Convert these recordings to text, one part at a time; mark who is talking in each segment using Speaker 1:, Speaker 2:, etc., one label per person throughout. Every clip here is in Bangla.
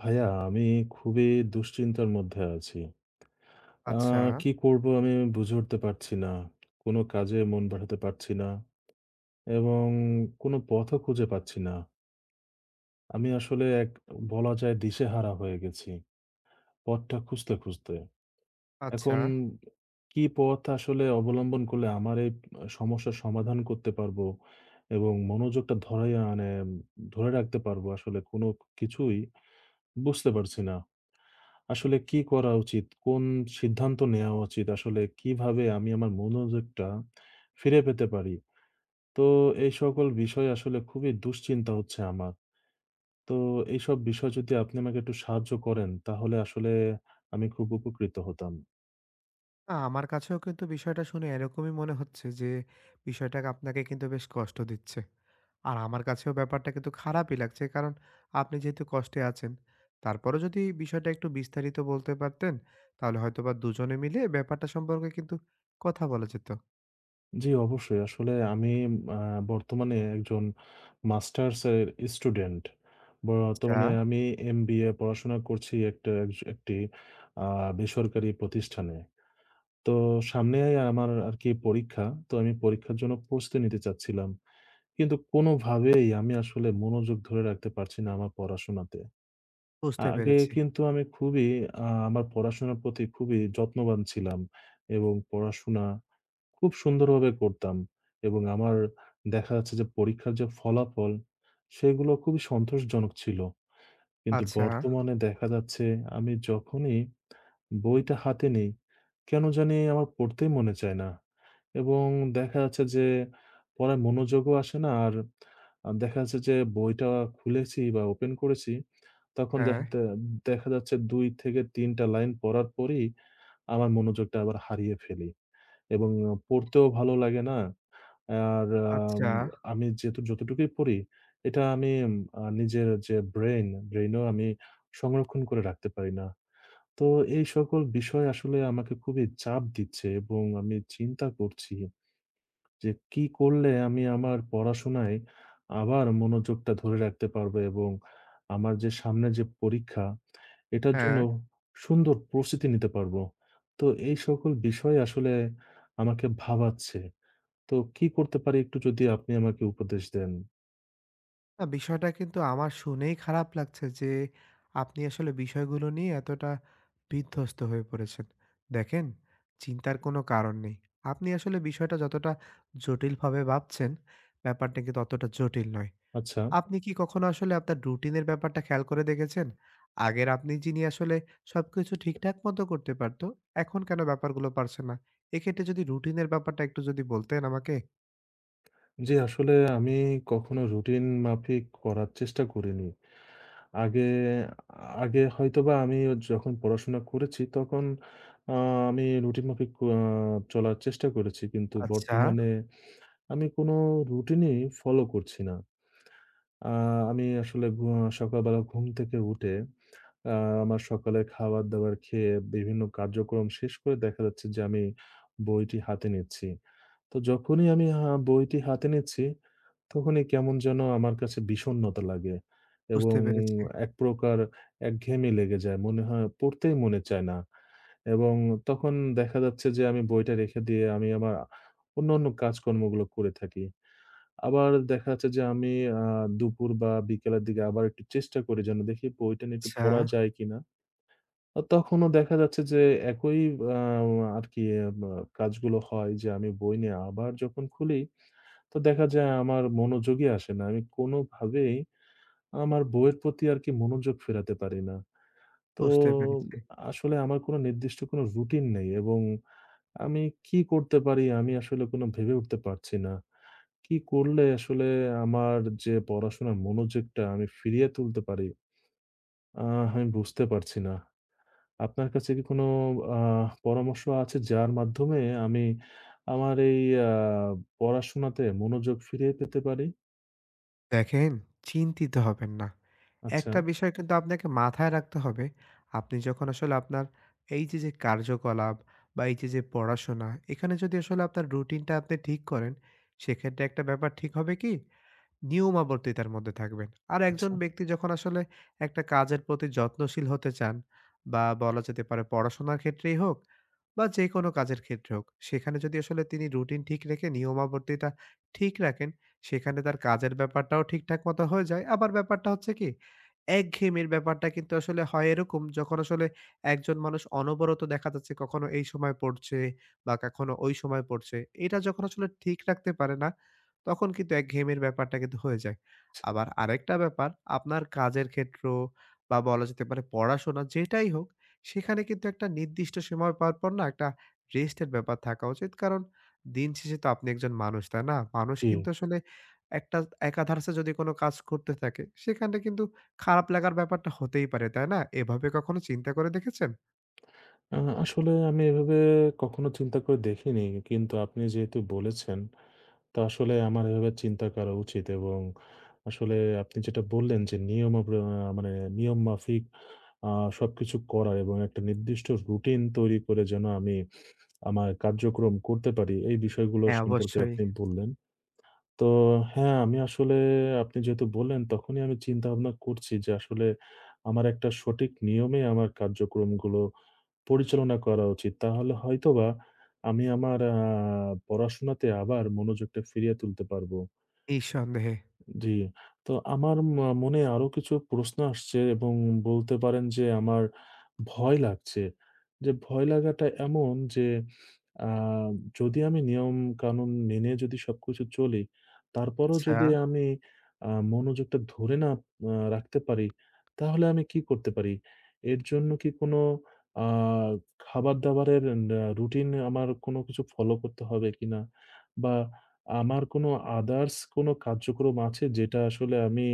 Speaker 1: ভাইয়া আমি খুবই দুশ্চিন্তার মধ্যে আছি। আ
Speaker 2: আচ্ছা,
Speaker 1: কি করব আমি বুঝে উঠতে পারছি না। কোনো কাজে মন বাড়াতে পারছি না এবং কোনো পথও খুঁজে পাচ্ছি না। আমি আসলে এক বলা যায় দিশেহারা হয়ে গেছি। পথটা খুঁজতে, খুঁজতে।
Speaker 2: আচ্ছা।
Speaker 1: এখন কি পথ আসলে অবলম্বন করলে আমার এই সমস্যার সমাধান করতে পারবো এবং মনোযোগটা মানে ধরে রাখতে পারবো আসলে কোনো কিছুই বুঝতে পারছি না। আসলে কি করা উচিত? কোন সিদ্ধান্ত নেওয়া উচিত? আসলে কিভাবে আমি আমার মনোযোগটা ফিরে পেতে পারি? তো এই সকল বিষয় আসলে খুবই দুশ্চিন্তা হচ্ছে আমার। তো এইসব বিষয় যদি আপনি আমাকে একটু সাহায্য করেন, তাহলে আসলে আমি খুব উপকৃত হতাম।
Speaker 2: আমার কাছেও কিন্তু বিষয়টা শুনে এরকমই মনে হচ্ছে যে, বিষয়টা আপনাকে কিন্তু বেশ কষ্ট দিচ্ছে। আর আমার কাছেও ব্যাপারটা কিন্তু খারাপই লাগছে। কারণ আপনি যেহেতু কষ্টে আছেন, তারপরও যদি বিষয়টা একটু বিস্তারিত বলতে পারতেন, তাহলে হয়তোবা দুজনে মিলে ব্যাপারটা সম্পর্কে কিন্তু কথা বলা যেত।
Speaker 1: জি, অবশ্যই। আসলে আমি আ বর্তমানে একজন মাস্টার্স এর স্টুডেন্ট।
Speaker 2: আচ্ছা,
Speaker 1: বর্তমানে আমি এমবিএ পড়াশোনা করছি একটা একজ একটি আ বেসরকারি প্রতিষ্ঠানে। তো সামনে আমার আরকি পরীক্ষা। তো আমি পরীক্ষার জন্য প্রস্তুতি নিতে চাচ্ছিলাম। কিন্তু কোনোভাবেই আমি আসলে মনোযোগ ধরে রাখতে পারছি না আমার পড়াশোনাতে।
Speaker 2: বুঝতে
Speaker 1: আগে
Speaker 2: পেরেছি।
Speaker 1: কিন্তু আমি খুবই আমার পড়াশোনার প্রতি খুবই যত্নবান ছিলাম এবং পড়াশোনা খুব সুন্দরভাবে করতাম এবং আমার দেখা যাচ্ছে যে পরীক্ষার যে ফলাফল সেগুলো খুবই সন্তোষজনক ছিল। কিন্তু
Speaker 2: আচ্ছা,
Speaker 1: বর্তমানে দেখা যাচ্ছে আমি যখনই বইটা হাতে নিই, কেন জানি আমার পড়তেই মনে চায় না। এবং দেখা যাচ্ছে যে পড়ায় মনোযোগও আসে না। আর দেখা যাচ্ছে যে বইটা খুলেছি বা ওপেন করেছি, তখন
Speaker 2: হ্যাঁ,
Speaker 1: দেখা যাচ্ছে ২ থেকে ৩ টা লাইন পড়ার পরই আমার মনোযোগটা আবার হারিয়ে ফেলি। এবং পড়তেও ভালো লাগে না। আর আম
Speaker 2: আচ্ছা,
Speaker 1: আমি যেহেতু যতটুকুই পড়ি, এটা আমি নিজের যে ব্রেইন, ব্রেইনেও আমি সংরক্ষণ করে রাখতে পারি না। তো এই সকল বিষয় আসলে আমাকে খুবই চাপ দিচ্ছে এবং আমি চিন্তা করছি। যে কি করলে আমি আমার পড়াশোনায় আবার মনোযোগটা ধরে রাখতে পারবো এবং আমার যে সামনে যে পরীক্ষা, এটার জন্য
Speaker 2: হ্যাঁ।
Speaker 1: সুন্দর প্রস্তুতি নিতে পারবো। তো এই সকল বিষয় আসলে আমাকে ভাবাচ্ছে। তো কি করতে পারি একটু যদি আপনি আমাকে উপদেশ দেন?
Speaker 2: না, বিষয়টা কিন্তু আমার শুনেই খারাপ লাগছে যে আপনি আসলে বিষয়গুলো নিয়ে এতটা বিধ্বস্ত হয়ে পড়েছেন। দেখেন, চিন্তার কোনো কারণ নেই। আপনি আসলে বিষয়টা যতটা জটিলভাবে ভাবছেন, ব্যাপারটা কিন্তু অতটা জটিল নয়।
Speaker 1: আচ্ছা,
Speaker 2: আপনি কি কখনো আসলে আপনার রুটিনের ব্যাপারটা খেয়াল করে দেখেছেন? আগের আপনি যিনি আসলে সবকিছু ঠিকঠাক মতো করতে পারত, এখন কেন ব্যাপারগুলো পারছে না? এক্ষেত্রে যদি রুটিনের ব্যাপারটা একটু যদি বলতেন আমাকে?
Speaker 1: জি আসলে আমি কখনো রুটিন মাফিক করার চেষ্টা করিনি। আগে আগে হয়তোবা আমি যখন পড়াশোনা করেছি তখন আ আমি রুটিন মাফিক চলার চেষ্টা করেছি। কিন্তু
Speaker 2: আচ্ছা,
Speaker 1: বর্তমানে আমি কোনো রুটিনই ফলো করছি না। আ আমি আসলে সকালবেলা ঘুম থেকে উঠে আ আমার সকালে খাবার-দাবার খেয়ে বিভিন্ন কার্যক্রম শেষ করে দেখা যাচ্ছে যে আমি বইটি হাতে নিচ্ছি। তো যখনই আমি বইটি হাতে নিচ্ছি তখনই কেমন যেন আমার কাছে বিষণ্ণতা লাগে
Speaker 2: বুঝতে
Speaker 1: এবং
Speaker 2: পেরেছি।
Speaker 1: এক প্রকার একঘেয়েমি লেগে যায়। মনে হয় পড়তেই মনে চায় না। এবং তখন দেখা যাচ্ছে যে আমি বইটা রেখে দিয়ে আমি আমার অন্যান্য কাজকর্মগুলো করে থাকি। আবার দেখা যাচ্ছে যে আমি আ দুপুর বা বিকেলের দিকে আবার একটু চেষ্টা করি যেন দেখি বইটা নিয়ে একটু
Speaker 2: আচ্ছা,
Speaker 1: পড়া যায় কিনা। তখনও দেখা যাচ্ছে যে একই আ আরকি কাজগুলো হয় যে আমি বই নিয়ে আবার যখন খুলি তো দেখা যায় আমার মনোযোগই আসে না। আমি কোনোভাবেই আমার বইয়ের প্রতি আরকি মনোযোগ ফেরাতে পারি না। তো
Speaker 2: বুঝতে পেরেছি।
Speaker 1: আসলে আমার কোনো নির্দিষ্ট কোনো রুটিন নেই এবং আমি কি করতে পারি আমি আসলে কোনো ভেবে উঠতে পারছি না। কি করলে আসলে আমার যে পড়াশোনার মনোযোগটা আমি ফিরিয়ে তুলতে পারি, আমি বুঝতে পারছি না। আপনার কাছে কি কোনো পরামর্শ আছে যার মাধ্যমে আমি আমার এই আ পড়াশোনাতে মনোযোগ ফিরিয়ে পেতে পারি?
Speaker 2: দেখেন, চিন্তিত হবেন না।
Speaker 1: আচ্ছা,
Speaker 2: একটা বিষয় কিন্তু আপনাকে মাথায় রাখতে হবে। আপনি যখন আসলে আপনার এই যে, যে কার্যকলাপ বা এই যে, যে পড়াশোনা, এখানে যদি আসলে আপনার রুটিনটা আপনি ঠিক করেন, সেক্ষেত্রে একটা ব্যাপার ঠিক হবে কি? নিয়মাবর্তিতার মধ্যে থাকবেন। আর একজন
Speaker 1: আচ্ছা।
Speaker 2: ব্যক্তি যখন আসলে একটা কাজের প্রতি যত্নশীল হতে চান বা বলা যেতে পারে পড়াশোনার ক্ষেত্রেই হোক বা যেকোনো কাজের ক্ষেত্রে হোক, সেখানে যদি আসলে তিনি রুটিন ঠিক রেখে নিয়মাবর্তিতা ঠিক রাখেন, সেখানে তার কাজের ব্যাপারটাও ঠিকঠাক মতো হয়ে যায়। আবার ব্যাপারটা হচ্ছে কি, একঘেয়েমির ব্যাপারটা কিন্তু আসলে হয় এরকম যখন আসলে একজন মানুষ অনবরত দেখা যাচ্ছে কখনো এই সময় পড়ছে বা কখনো ওই সময় পড়ছে। এটা যখন আসলে ঠিক রাখতে পারে না, তখন কিন্তু একঘেয়েমির ব্যাপারটা কিন্তু হয়ে যায়। আবার আরেকটা ব্যাপার আপনার কাজের ক্ষেত্র বা বলা যেতে পারে পড়াশোনা যেটাই হোক সেখানে কিন্তু একটা নির্দিষ্ট সময় পাওয়ার পর না একটা রেস্টের ব্যাপার থাকা উচিত। কারণ দিন শেষে তো আপনি একজন মানুষ, তাই না? মানুষ
Speaker 1: জি।
Speaker 2: কিন্তু আসলে একটা একাধারে যদি কোনো কাজ করতে থাকে, সেখানে কিন্তু খারাপ লাগার ব্যাপারটা হতেই পারে, তাই না? এভাবে কখনো চিন্তা করে দেখেছেন?
Speaker 1: আ আসলে আমি এভাবে কখনো চিন্তা করে দেখিনি। কিন্তু আপনি যেহেতু বলেছেন, তো আসলে আমার এভাবে চিন্তা করা উচিত এবং আসলে আপনি যেটা বললেন যে নিয়ম আব আ মানে নিয়ম মাফিক আ সবকিছু করা এবং একটা নির্দিষ্ট রুটিন তৈরি করে যেন আমি আমার কার্যক্রম করতে পারি, এই বিষয়গুলো
Speaker 2: হ্যাঁ,
Speaker 1: সম্পর্কে
Speaker 2: অবশ্যই।
Speaker 1: আপনি বললেন। তো হ্যাঁ, আমি আসলে আপনি যেহেতু বললেন, তখনই আমি চিন্তাভাবনা করছি যে আসলে আমার একটা সঠিক নিয়মে আমার কার্যক্রমগুলো পরিচালনা করা উচিত। তাহলে হয়তোবা আমি আমার পড়াশোনাতে আবার মনোযোগটা ফিরিয়ে তুলতে পারবো।
Speaker 2: নিঃসন্দেহে।
Speaker 1: জি। তো আমার মনে আরো কিছু প্রশ্ন আসছে এবং বলতে পারেন যে আমার ভয় লাগছে। যে ভয় লাগাটা এমন যে আ যদি আমি নিয়ম-কানুন মেনে যদি সবকিছু চলি, তারপরও
Speaker 2: আচ্ছা,
Speaker 1: যদি আমি মনোযোগটা ধরে না রাখতে পারি, তাহলে আমি কি করতে পারি? এর জন্য কি কোনো আ খাবার-দাবারের না রুটিন আমার কোনো কিছু ফলো করতে হবে কিনা? বা আমার কোনো আদার্স কোনো কার্যক্রম আছে যেটা আসলে আমি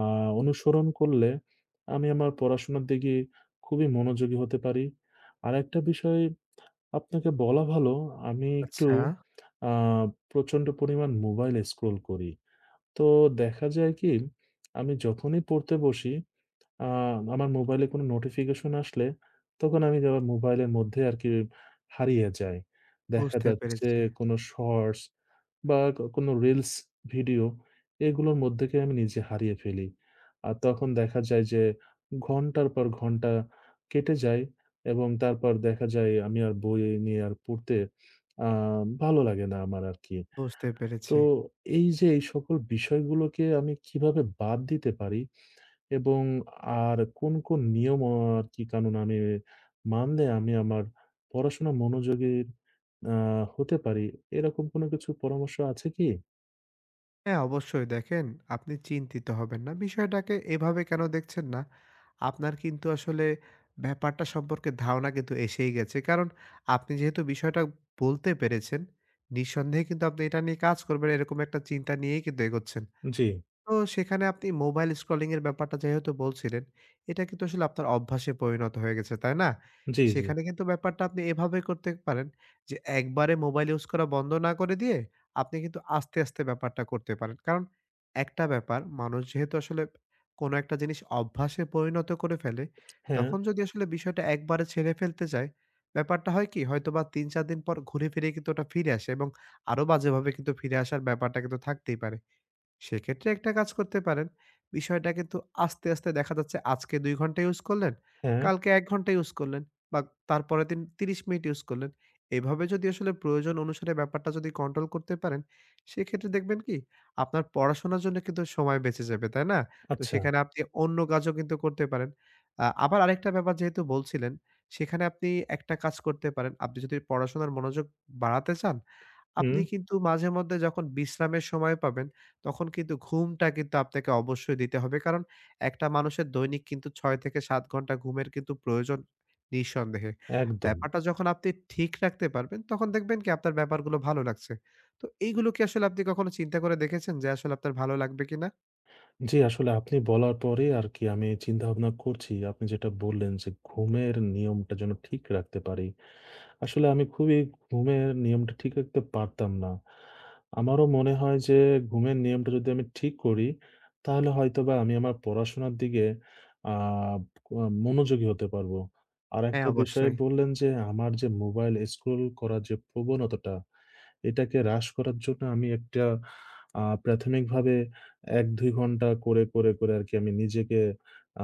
Speaker 1: আ অনুসরণ করলে আমি আমার পড়াশোনার দিকে খুবই মনোযোগী হতে পারি। আরেকটা বিষয় আপনাকে বলা ভালো, আমি একটু
Speaker 2: আচ্ছা।
Speaker 1: আ প্রচণ্ড পরিমাণ মোবাইল স্ক্রল করি। তো দেখা যায় কি, আমি যখনই পড়তে বসি আ আমার মোবাইলে কোনো নোটিফিকেশন আসলে তখন আমি আবার মোবাইলের মধ্যে আরকি হারিয়ে যাই। দেখা
Speaker 2: বুঝতে
Speaker 1: যাচ্ছে
Speaker 2: পেরেছি,
Speaker 1: কোনো শর্টস বা কোনো রিলস ভিডিও এগুলোর মধ্যেকে আমি নিজে হারিয়ে ফেলি। আর তখন দেখা যায় যে ঘন্টার পর ঘন্টা কেটে যায় এবং তারপর দেখা যায় আমি আর বই নিয়ে আর পড়তে আ ভালো লাগে না আমার আরকি।
Speaker 2: বুঝতে পেরেছি।
Speaker 1: তো এই যে এই সকল বিষয়গুলোকে আমি কিভাবে বাদ দিতে পারি? এবং আর কোন নিয়ম আর কি কানুন আমি মানলে আমি আমার পড়াশোনা মনোযোগী আ হতে পারি, এরকম কোনো কিছু পরামর্শ আছে কি?
Speaker 2: হ্যাঁ, অবশ্যই দেখেন, আপনি চিন্তিত হবেন না। বিষয়টাকে এভাবে কেন দেখছেন না? আপনার কিন্তু আসলে ব্যাপারটা সম্পর্কে ধারণা কিন্তু এসেই গেছে। কারণ আপনি যেহেতু বিষয়টা বলতে পেরেছেন, নিঃসন্দেহে কিন্তু আপনি এটা নিয়ে কাজ করবেন এরকম একটা চিন্তা নিয়েই কিন্তু এগোচ্ছেন।
Speaker 1: জি,
Speaker 2: তো সেখানে আপনি মোবাইল স্ক্রলিং এর ব্যাপারটা যেহেতু বলছিলেন, এটা কিন্তু আসলে আপনার অভ্যাসে পরিণত হয়ে গেছে, তাই না?
Speaker 1: জি, জি।
Speaker 2: সেখানে কিন্তু ব্যাপারটা আপনি এভাবে করতে পারেন যে, একবারে মোবাইল ইউজ করা বন্ধ না করে দিয়ে, আপনি কিন্তু আস্তে, আস্তে ব্যাপারটা করতে পারেন। কারণ একটা ব্যাপার, মানুষ যেহেতু আসলে কোনো একটা জিনিস অভ্যাসে পরিণত করে ফেলে,
Speaker 1: হ্যাঁ,
Speaker 2: তখন যদি আসলে বিষয়টা একবারে ছেড়ে ফেলতে চায়, ব্যাপারটা হয় কি? হয়তোবা ৩-৪ দিন পর ঘুরে ফিরে কিন্তু ওটা ফিরে আসে এবং আরো বাজেভাবে কিন্তু ফিরে আসার ব্যাপারটা কিন্তু থাকতেই পারে। সেক্ষেত্রে একটা কাজ করতে পারেন বিষয়টা কিন্তু আস্তে আস্তে দেখা যাচ্ছে আজকে ২ ঘন্টা ইউজ করলেন
Speaker 1: হ্যাঁ,
Speaker 2: কালকে ১ ঘন্টা ইউজ করলেন বা তারপরে দিন ৩০ মিনিট ইউজ করলেন এভাবে যদি আসলে প্রয়োজন অনুসারে ব্যাপারটা যদি কন্ট্রোল করতে পারেন সেক্ষেত্রে দেখবেন কি আপনার পড়াশোনার জন্য কিন্তু সময় বেঁচে যাবে তাই না? তো
Speaker 1: আচ্ছা।
Speaker 2: সেখানে আপনি অন্য কাজও কিন্তু করতে পারেন। আবার আরেকটা ব্যাপার যেহেতু বলছিলেন সেখানে আপনি একটা কাজ করতে পারেন আপনি যদি পড়াশোনার মনোযোগ বাড়াতে চান
Speaker 1: হুম,
Speaker 2: আপনি কিন্তু মাঝে মধ্যে যখন বিশ্রামের সময় পাবেন, তখন কিন্তু ঘুমটা কিন্তু আপনাকে অবশ্যই দিতে হবে। কারণ একটা মানুষের দৈনিক কিন্তু ৬ থেকে ৭ ঘন্টা ঘুমের কিন্তু প্রয়োজন নিঃসন্দেহে।
Speaker 1: একদম।
Speaker 2: ব্যাপারটা যখন আপনি ঠিক রাখতে পারবেন, তখন দেখবেন কি আপনার ব্যাপারগুলো ভালো লাগছে। তো এইগুলো কি আসলে আপনি কখনো চিন্তা করে দেখেছেন যে আসলে আপনার ভালো লাগবে কিনা?
Speaker 1: জি, আসলে আপনি বলার পরে আর কি আমি চিন্তাভাবনা করছি। আপনি যেটা বললেন যে ঘুমের নিয়মটা যেন ঠিক রাখতে পারি। আসলে আমি খুবই ঘুমের নিয়মটা ঠিক রাখতে পারতাম না। আমারও মনে হয় যে ঘুমের নিয়মটা যদি আমি ঠিক করি, তাহলে হয়তোবা আমি আমার পড়াশোনার দিকে আ আ মনোযোগী হতে পারবো।
Speaker 2: হ্যাঁ,
Speaker 1: আরেকটা বিষয়
Speaker 2: অবশ্যই।
Speaker 1: বললেন যে আমার যে মোবাইল স্ক্রল করার যে প্রবণতাটা, এটাকে হ্রাস করার জন্য আমি একটা প্রাথমিকভাবে ১-২ ঘন্টা করে, করে, করে আরকি আমি নিজেকে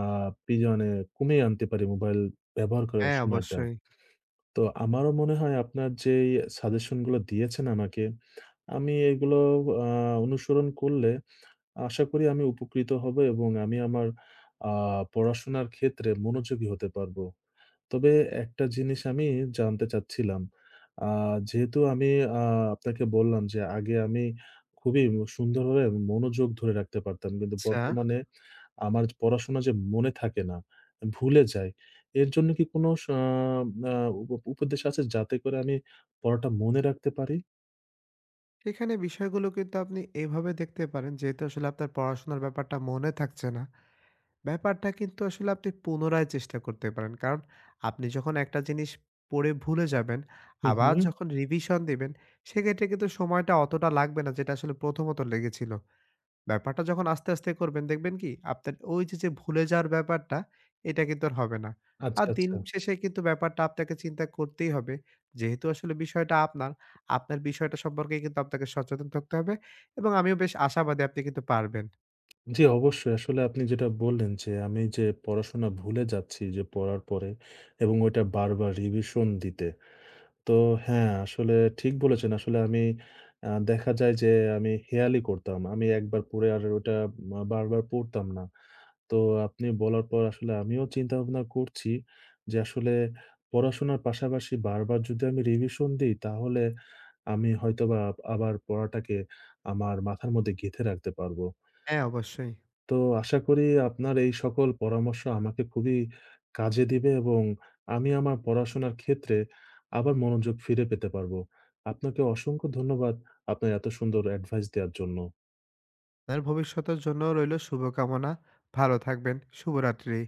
Speaker 1: আ পিজনে কমিয়ে আনতে পারি মোবাইল ব্যবহার করার
Speaker 2: হ্যাঁ,
Speaker 1: সময়টা।
Speaker 2: অবশ্যই।
Speaker 1: তো আমারও মনে হয় আপনার যেই সাজেশন গুলো দিয়েছেন আমাকে, আমি এগুলো আ অনুসরণ করলে আশা করি আমি উপকৃত হব এবং আমি আমার আ পড়াশোনার ক্ষেত্রে মনোযোগী হতে পারবো। তবে একটা জিনিস আমি জানতে চাচ্ছিলাম। আ যেহেতু আমি আ আপনাকে বললাম যে আগে আমি খুবই সুন্দরভাবে মনোযোগ ধরে রাখতে পারতাম। কিন্তু
Speaker 2: আচ্ছা,
Speaker 1: বর্তমানে আমার পড়াশোনা যে মনে থাকে না, ভুলে যাই। এর জন্য কি কোনো স আ উপ উপদেশ আছে যাতে করে আমি পড়াটা মনে রাখতে পারি?
Speaker 2: এখানে বিষয়গুলো কিন্তু আপনি এভাবে দেখতে পারেন যেহেতু আসলে আপনার পড়াশোনার ব্যাপারটা মনে থাকছে না। ব্যাপারটা কিন্তু আসলে আপনি পুনরায় চেষ্টা করতে পারেন। কারণ আপনি যখন একটা জিনিস পড়ে ভুলে যাবেন,
Speaker 1: হু,
Speaker 2: আবার
Speaker 1: হু।
Speaker 2: যখন রিভিশন দিবেন, সেক্ষেত্রে কিন্তু সময়টা অতটা লাগবে না যেটা আসলে প্রথমত লেগেছিল। ব্যাপারটা যখন আস্তে, আস্তে করবেন দেখবেন কি আপনার ওই যে, যে ভুলে যাওয়ার ব্যাপারটা এটা কিন্তু আর হবে না।
Speaker 1: আচ্ছা,
Speaker 2: আর দিন
Speaker 1: আচ্ছা।
Speaker 2: শেষে কিন্তু ব্যাপারটা আপনাকে চিন্তা করতেই হবে। যেহেতু আসলে বিষয়টা আপনার, আপনার বিষয়টা সম্পর্কে কিন্তু আপনাকে সচেতন থাকতে হবে এবং আমিও বেশ আশাবাদী আপনি কিন্তু পারবেন।
Speaker 1: জি, অবশ্যই। আসলে আপনি যেটা বললেন যে, আমি যে পড়াশোনা ভুলে যাচ্ছি যে পড়ার পরে এবং ওইটা বারবার রিভিশন দিতে। তো হ্যাঁ, আসলে ঠিক বলেছেন। আসলে আমি দেখা যায় যে আমি হেঁয়ালি করতাম। আমি একবার পড়ে আর ওটা বারবার পড়তাম না। তো আপনি বলার পর আসলে আমিও চিন্তা-ভাবনা করছি যে আসলে পড়াশোনার পাশাপাশি বারবার যদি আমি রিভিশন দিই তাহলে আমি হয়তোবা আবার পড়াটাকে আমার মাথার মধ্যে গেঁথে রাখতে পারবো।
Speaker 2: হ্যাঁ, অবশ্যই।
Speaker 1: তো আশা করি আপনার এই সকল পরামর্শ আমাকে খুবই কাজে দিবে এবং আমি আমার পড়াশোনার ক্ষেত্রে আবার মনোযোগ ফিরে পেতে পারবো। আপনাকে অসংখ্য ধন্যবাদ আপনার এত সুন্দর অ্যাডভাইস দেওয়ার জন্য।
Speaker 2: আপনার ভবিষ্যতের জন্য রইল শুভকামনা। ভালো থাকবেন। শুভরাত্রি।